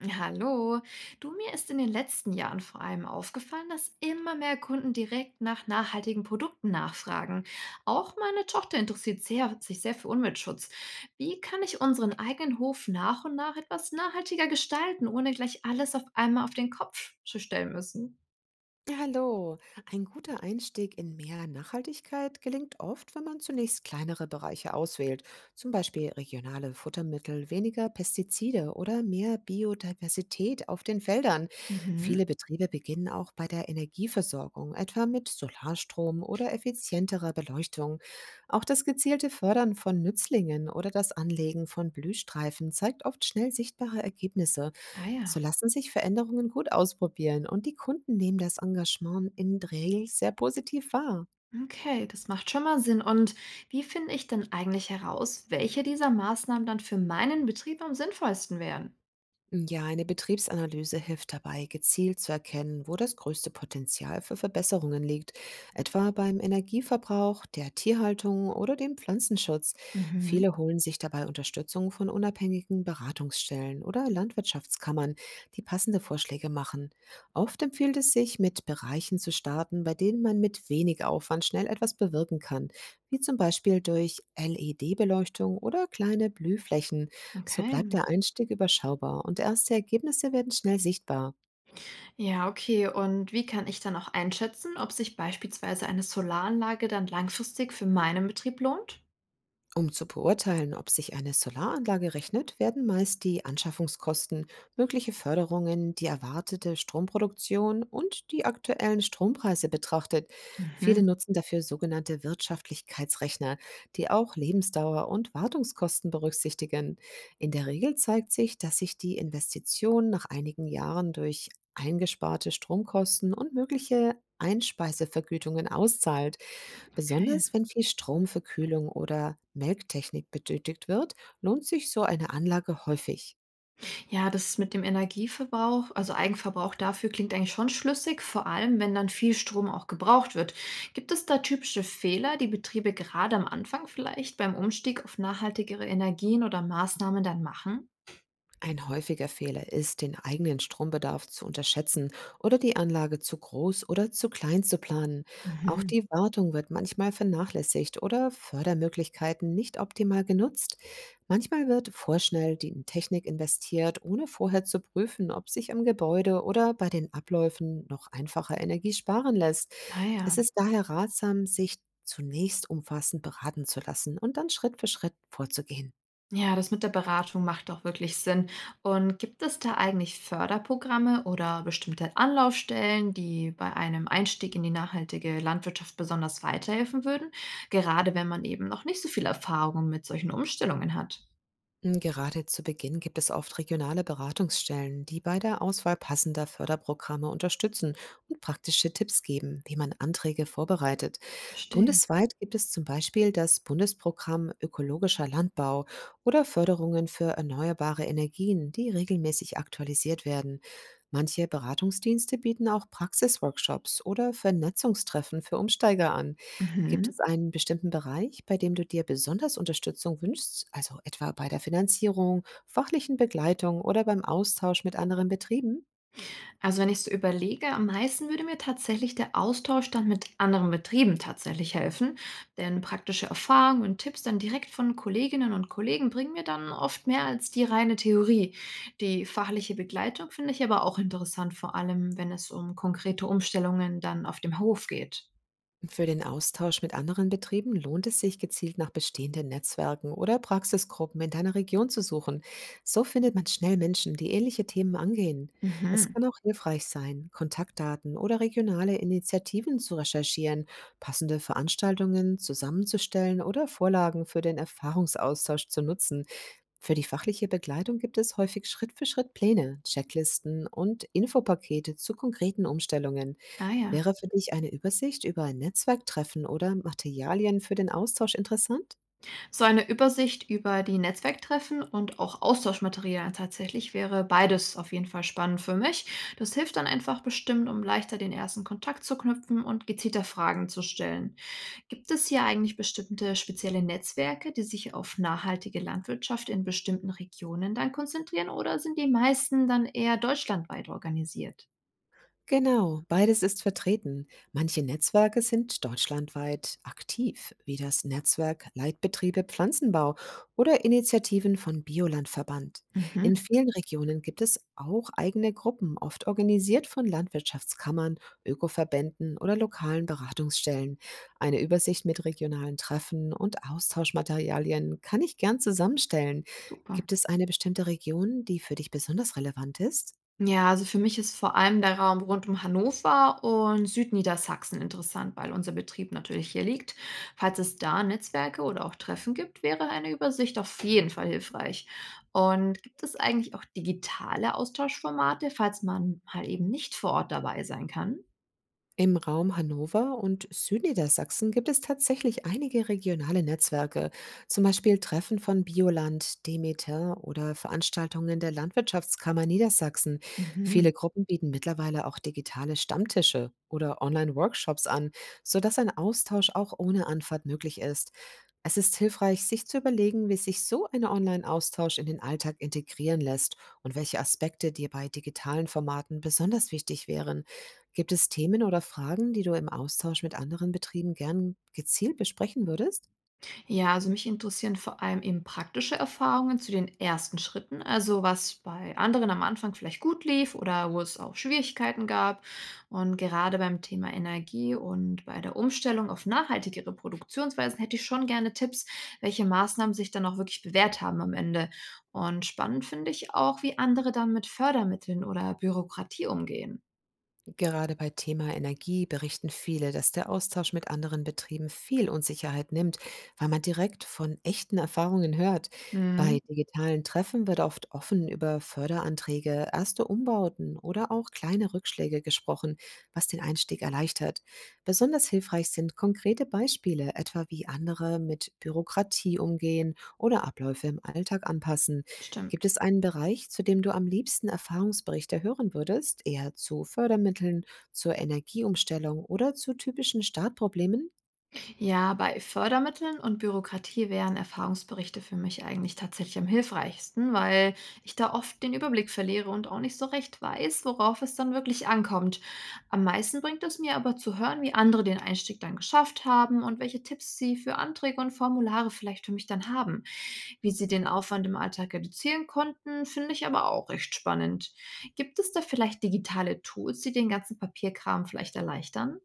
Ja, hallo, du, mir ist in den letzten Jahren vor allem aufgefallen, dass immer mehr Kunden direkt nach nachhaltigen Produkten nachfragen. Auch meine Tochter interessiert sehr, sich sehr für Umweltschutz. Wie kann ich unseren eigenen Hof nach und nach etwas nachhaltiger gestalten, ohne gleich alles auf einmal auf den Kopf zu stellen müssen? Hallo. Ein guter Einstieg in mehr Nachhaltigkeit gelingt oft, wenn man zunächst kleinere Bereiche auswählt, zum Beispiel regionale Futtermittel, weniger Pestizide oder mehr Biodiversität auf den Feldern. Mhm. Viele Betriebe beginnen auch bei der Energieversorgung, etwa mit Solarstrom oder effizienterer Beleuchtung. Auch das gezielte Fördern von Nützlingen oder das Anlegen von Blühstreifen zeigt oft schnell sichtbare Ergebnisse. Ah ja. So lassen sich Veränderungen gut ausprobieren und die Kunden nehmen das Engagement in der Regel sehr positiv wahr. Okay, das macht schon mal Sinn. Und wie finde ich denn eigentlich heraus, welche dieser Maßnahmen dann für meinen Betrieb am sinnvollsten wären? Ja, eine Betriebsanalyse hilft dabei, gezielt zu erkennen, wo das größte Potenzial für Verbesserungen liegt, etwa beim Energieverbrauch, der Tierhaltung oder dem Pflanzenschutz. Mhm. Viele holen sich dabei Unterstützung von unabhängigen Beratungsstellen oder Landwirtschaftskammern, die passende Vorschläge machen. Oft empfiehlt es sich, mit Bereichen zu starten, bei denen man mit wenig Aufwand schnell etwas bewirken kann, wie zum Beispiel durch LED-Beleuchtung oder kleine Blühflächen. So bleibt Okay. der Einstieg überschaubar und erste Ergebnisse werden schnell sichtbar. Ja, okay. Und wie kann ich dann auch einschätzen, ob sich beispielsweise eine Solaranlage dann langfristig für meinen Betrieb lohnt? Um zu beurteilen, ob sich eine Solaranlage rechnet, werden meist die Anschaffungskosten, mögliche Förderungen, die erwartete Stromproduktion und die aktuellen Strompreise betrachtet. Viele Mhm, nutzen dafür sogenannte Wirtschaftlichkeitsrechner, die auch Lebensdauer und Wartungskosten berücksichtigen. In der Regel zeigt sich, dass sich die Investition nach einigen Jahren durch eingesparte Stromkosten und mögliche Einspeisevergütungen auszahlt. okay. Besonders wenn viel Strom für Kühlung oder Melktechnik benötigt wird, lohnt sich so eine Anlage häufig. Ja, das mit dem Energieverbrauch, also Eigenverbrauch dafür klingt eigentlich schon schlüssig, vor allem wenn dann viel Strom auch gebraucht wird. Gibt es da typische Fehler, die Betriebe gerade am Anfang vielleicht beim Umstieg auf nachhaltigere Energien oder Maßnahmen dann machen? Ein häufiger Fehler ist, den eigenen Strombedarf zu unterschätzen oder die Anlage zu groß oder zu klein zu planen. Auch Mhm. die Wartung wird manchmal vernachlässigt oder Fördermöglichkeiten nicht optimal genutzt. Manchmal wird vorschnell die in Technik investiert, ohne vorher zu prüfen, ob sich am Gebäude oder bei den Abläufen noch einfacher Energie sparen lässt. Es Naja. ist daher ratsam, sich zunächst umfassend beraten zu lassen und dann Schritt für Schritt vorzugehen. Ja, das mit der Beratung macht doch wirklich Sinn. Und gibt es da eigentlich Förderprogramme oder bestimmte Anlaufstellen, die bei einem Einstieg in die nachhaltige Landwirtschaft besonders weiterhelfen würden? Gerade wenn man eben noch nicht so viel Erfahrung mit solchen Umstellungen hat. Gerade zu Beginn gibt es oft regionale Beratungsstellen, die bei der Auswahl passender Förderprogramme unterstützen und praktische Tipps geben, wie man Anträge vorbereitet. Verstehe. Bundesweit gibt es zum Beispiel das Bundesprogramm Ökologischer Landbau oder Förderungen für erneuerbare Energien, die regelmäßig aktualisiert werden. Manche Beratungsdienste bieten auch Praxisworkshops oder Vernetzungstreffen für Umsteiger an. Gibt Mhm. es einen bestimmten Bereich, bei dem du dir besonders Unterstützung wünschst, also etwa bei der Finanzierung, fachlichen Begleitung oder beim Austausch mit anderen Betrieben? Also wenn ich so überlege, am meisten würde mir tatsächlich der Austausch dann mit anderen Betrieben tatsächlich helfen, denn praktische Erfahrungen und Tipps dann direkt von Kolleginnen und Kollegen bringen mir dann oft mehr als die reine Theorie. Die fachliche Begleitung finde ich aber auch interessant, vor allem wenn es um konkrete Umstellungen dann auf dem Hof geht. Für den Austausch mit anderen Betrieben lohnt es sich, gezielt nach bestehenden Netzwerken oder Praxisgruppen in deiner Region zu suchen. So findet man schnell Menschen, die ähnliche Themen angehen. Es Mhm. kann auch hilfreich sein, Kontaktdaten oder regionale Initiativen zu recherchieren, passende Veranstaltungen zusammenzustellen oder Vorlagen für den Erfahrungsaustausch zu nutzen. Für die fachliche Begleitung gibt es häufig Schritt für Schritt Pläne, Checklisten und Infopakete zu konkreten Umstellungen. Ah ja. Wäre für dich eine Übersicht über Netzwerktreffen oder Materialien für den Austausch interessant? So eine Übersicht über die Netzwerktreffen und auch Austauschmaterialien tatsächlich wäre beides auf jeden Fall spannend für mich. Das hilft dann einfach bestimmt, um leichter den ersten Kontakt zu knüpfen und gezielter Fragen zu stellen. Gibt es hier eigentlich bestimmte spezielle Netzwerke, die sich auf nachhaltige Landwirtschaft in bestimmten Regionen dann konzentrieren, oder sind die meisten dann eher deutschlandweit organisiert? Genau, beides ist vertreten. Manche Netzwerke sind deutschlandweit aktiv, wie das Netzwerk Leitbetriebe Pflanzenbau oder Initiativen von Biolandverband. In Mhm, vielen Regionen gibt es auch eigene Gruppen, oft organisiert von Landwirtschaftskammern, Ökoverbänden oder lokalen Beratungsstellen. Eine Übersicht mit regionalen Treffen und Austauschmaterialien kann ich gern zusammenstellen. super. Gibt es eine bestimmte Region, die für dich besonders relevant ist? Ja, also für mich ist vor allem der Raum rund um Hannover und Südniedersachsen interessant, weil unser Betrieb natürlich hier liegt. Falls es da Netzwerke oder auch Treffen gibt, wäre eine Übersicht auf jeden Fall hilfreich. Und gibt es eigentlich auch digitale Austauschformate, falls man mal eben nicht vor Ort dabei sein kann? Im Raum Hannover und Südniedersachsen gibt es tatsächlich einige regionale Netzwerke, zum Beispiel Treffen von Bioland, Demeter oder Veranstaltungen der Landwirtschaftskammer Niedersachsen. Mhm. Viele Gruppen bieten mittlerweile auch digitale Stammtische oder Online-Workshops an, sodass ein Austausch auch ohne Anfahrt möglich ist. Es ist hilfreich, sich zu überlegen, wie sich so ein Online-Austausch in den Alltag integrieren lässt und welche Aspekte dir bei digitalen Formaten besonders wichtig wären. Gibt es Themen oder Fragen, die du im Austausch mit anderen Betrieben gern gezielt besprechen würdest? Ja, also mich interessieren vor allem eben praktische Erfahrungen zu den ersten Schritten, also was bei anderen am Anfang vielleicht gut lief oder wo es auch Schwierigkeiten gab. Und gerade beim Thema Energie und bei der Umstellung auf nachhaltigere Produktionsweisen hätte ich schon gerne Tipps, welche Maßnahmen sich dann auch wirklich bewährt haben am Ende. Und spannend finde ich auch, wie andere dann mit Fördermitteln oder Bürokratie umgehen. Gerade bei Thema Energie berichten viele, dass der Austausch mit anderen Betrieben viel Unsicherheit nimmt, weil man direkt von echten Erfahrungen hört. Mhm, Bei digitalen Treffen wird oft offen über Förderanträge, erste Umbauten oder auch kleine Rückschläge gesprochen, was den Einstieg erleichtert. Besonders hilfreich sind konkrete Beispiele, etwa wie andere mit Bürokratie umgehen oder Abläufe im Alltag anpassen. Gibt stimmt. es einen Bereich, zu dem du am liebsten Erfahrungsberichte hören würdest, eher zu Fördermitteln, zur Energieumstellung oder zu typischen Startproblemen? Ja, bei Fördermitteln und Bürokratie wären Erfahrungsberichte für mich eigentlich tatsächlich am hilfreichsten, weil ich da oft den Überblick verliere und auch nicht so recht weiß, worauf es dann wirklich ankommt. Am meisten bringt es mir aber zu hören, wie andere den Einstieg dann geschafft haben und welche Tipps sie für Anträge und Formulare vielleicht für mich dann haben. Wie sie den Aufwand im Alltag reduzieren konnten, finde ich aber auch recht spannend. Gibt es da vielleicht digitale Tools, die den ganzen Papierkram vielleicht erleichtern?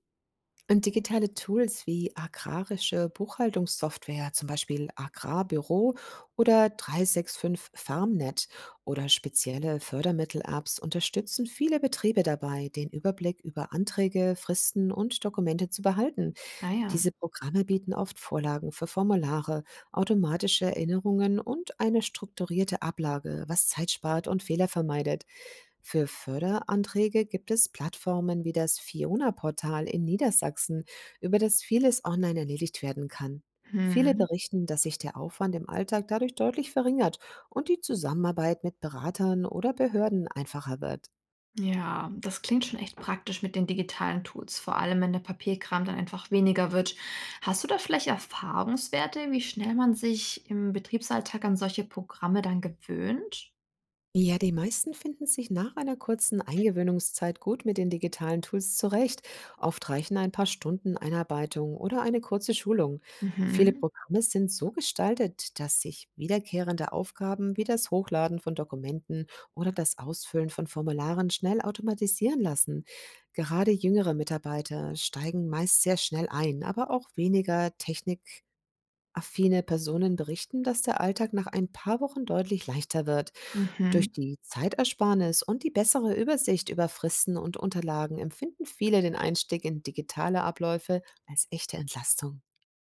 Und digitale Tools wie agrarische Buchhaltungssoftware, zum Beispiel Agrarbüro oder 365 FarmNet oder spezielle Fördermittel-Apps unterstützen viele Betriebe dabei, den Überblick über Anträge, Fristen und Dokumente zu behalten. Naja. Diese Programme bieten oft Vorlagen für Formulare, automatische Erinnerungen und eine strukturierte Ablage, was Zeit spart und Fehler vermeidet. Für Förderanträge gibt es Plattformen wie das Fiona-Portal in Niedersachsen, über das vieles online erledigt werden kann. Viele Hm. berichten, dass sich der Aufwand im Alltag dadurch deutlich verringert und die Zusammenarbeit mit Beratern oder Behörden einfacher wird. Ja, das klingt schon echt praktisch mit den digitalen Tools, vor allem wenn der Papierkram dann einfach weniger wird. Hast du da vielleicht Erfahrungswerte, wie schnell man sich im Betriebsalltag an solche Programme dann gewöhnt? Ja, die meisten finden sich nach einer kurzen Eingewöhnungszeit gut mit den digitalen Tools zurecht. Oft reichen ein paar Stunden Einarbeitung oder eine kurze Schulung. Viele Mhm, Programme sind so gestaltet, dass sich wiederkehrende Aufgaben wie das Hochladen von Dokumenten oder das Ausfüllen von Formularen schnell automatisieren lassen. Gerade jüngere Mitarbeiter steigen meist sehr schnell ein, aber auch weniger Technik Affine Personen berichten, dass der Alltag nach ein paar Wochen deutlich leichter wird. Durch mhm. die Zeitersparnis und die bessere Übersicht über Fristen und Unterlagen empfinden viele den Einstieg in digitale Abläufe als echte Entlastung.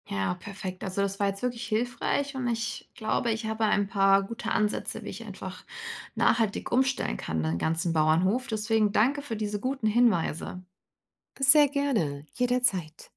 Ja, perfekt. Also das war jetzt wirklich hilfreich und ich glaube, ich habe ein paar gute Ansätze, wie ich einfach nachhaltig umstellen kann, den ganzen Bauernhof. Deswegen danke für diese guten Hinweise. Sehr gerne, jederzeit.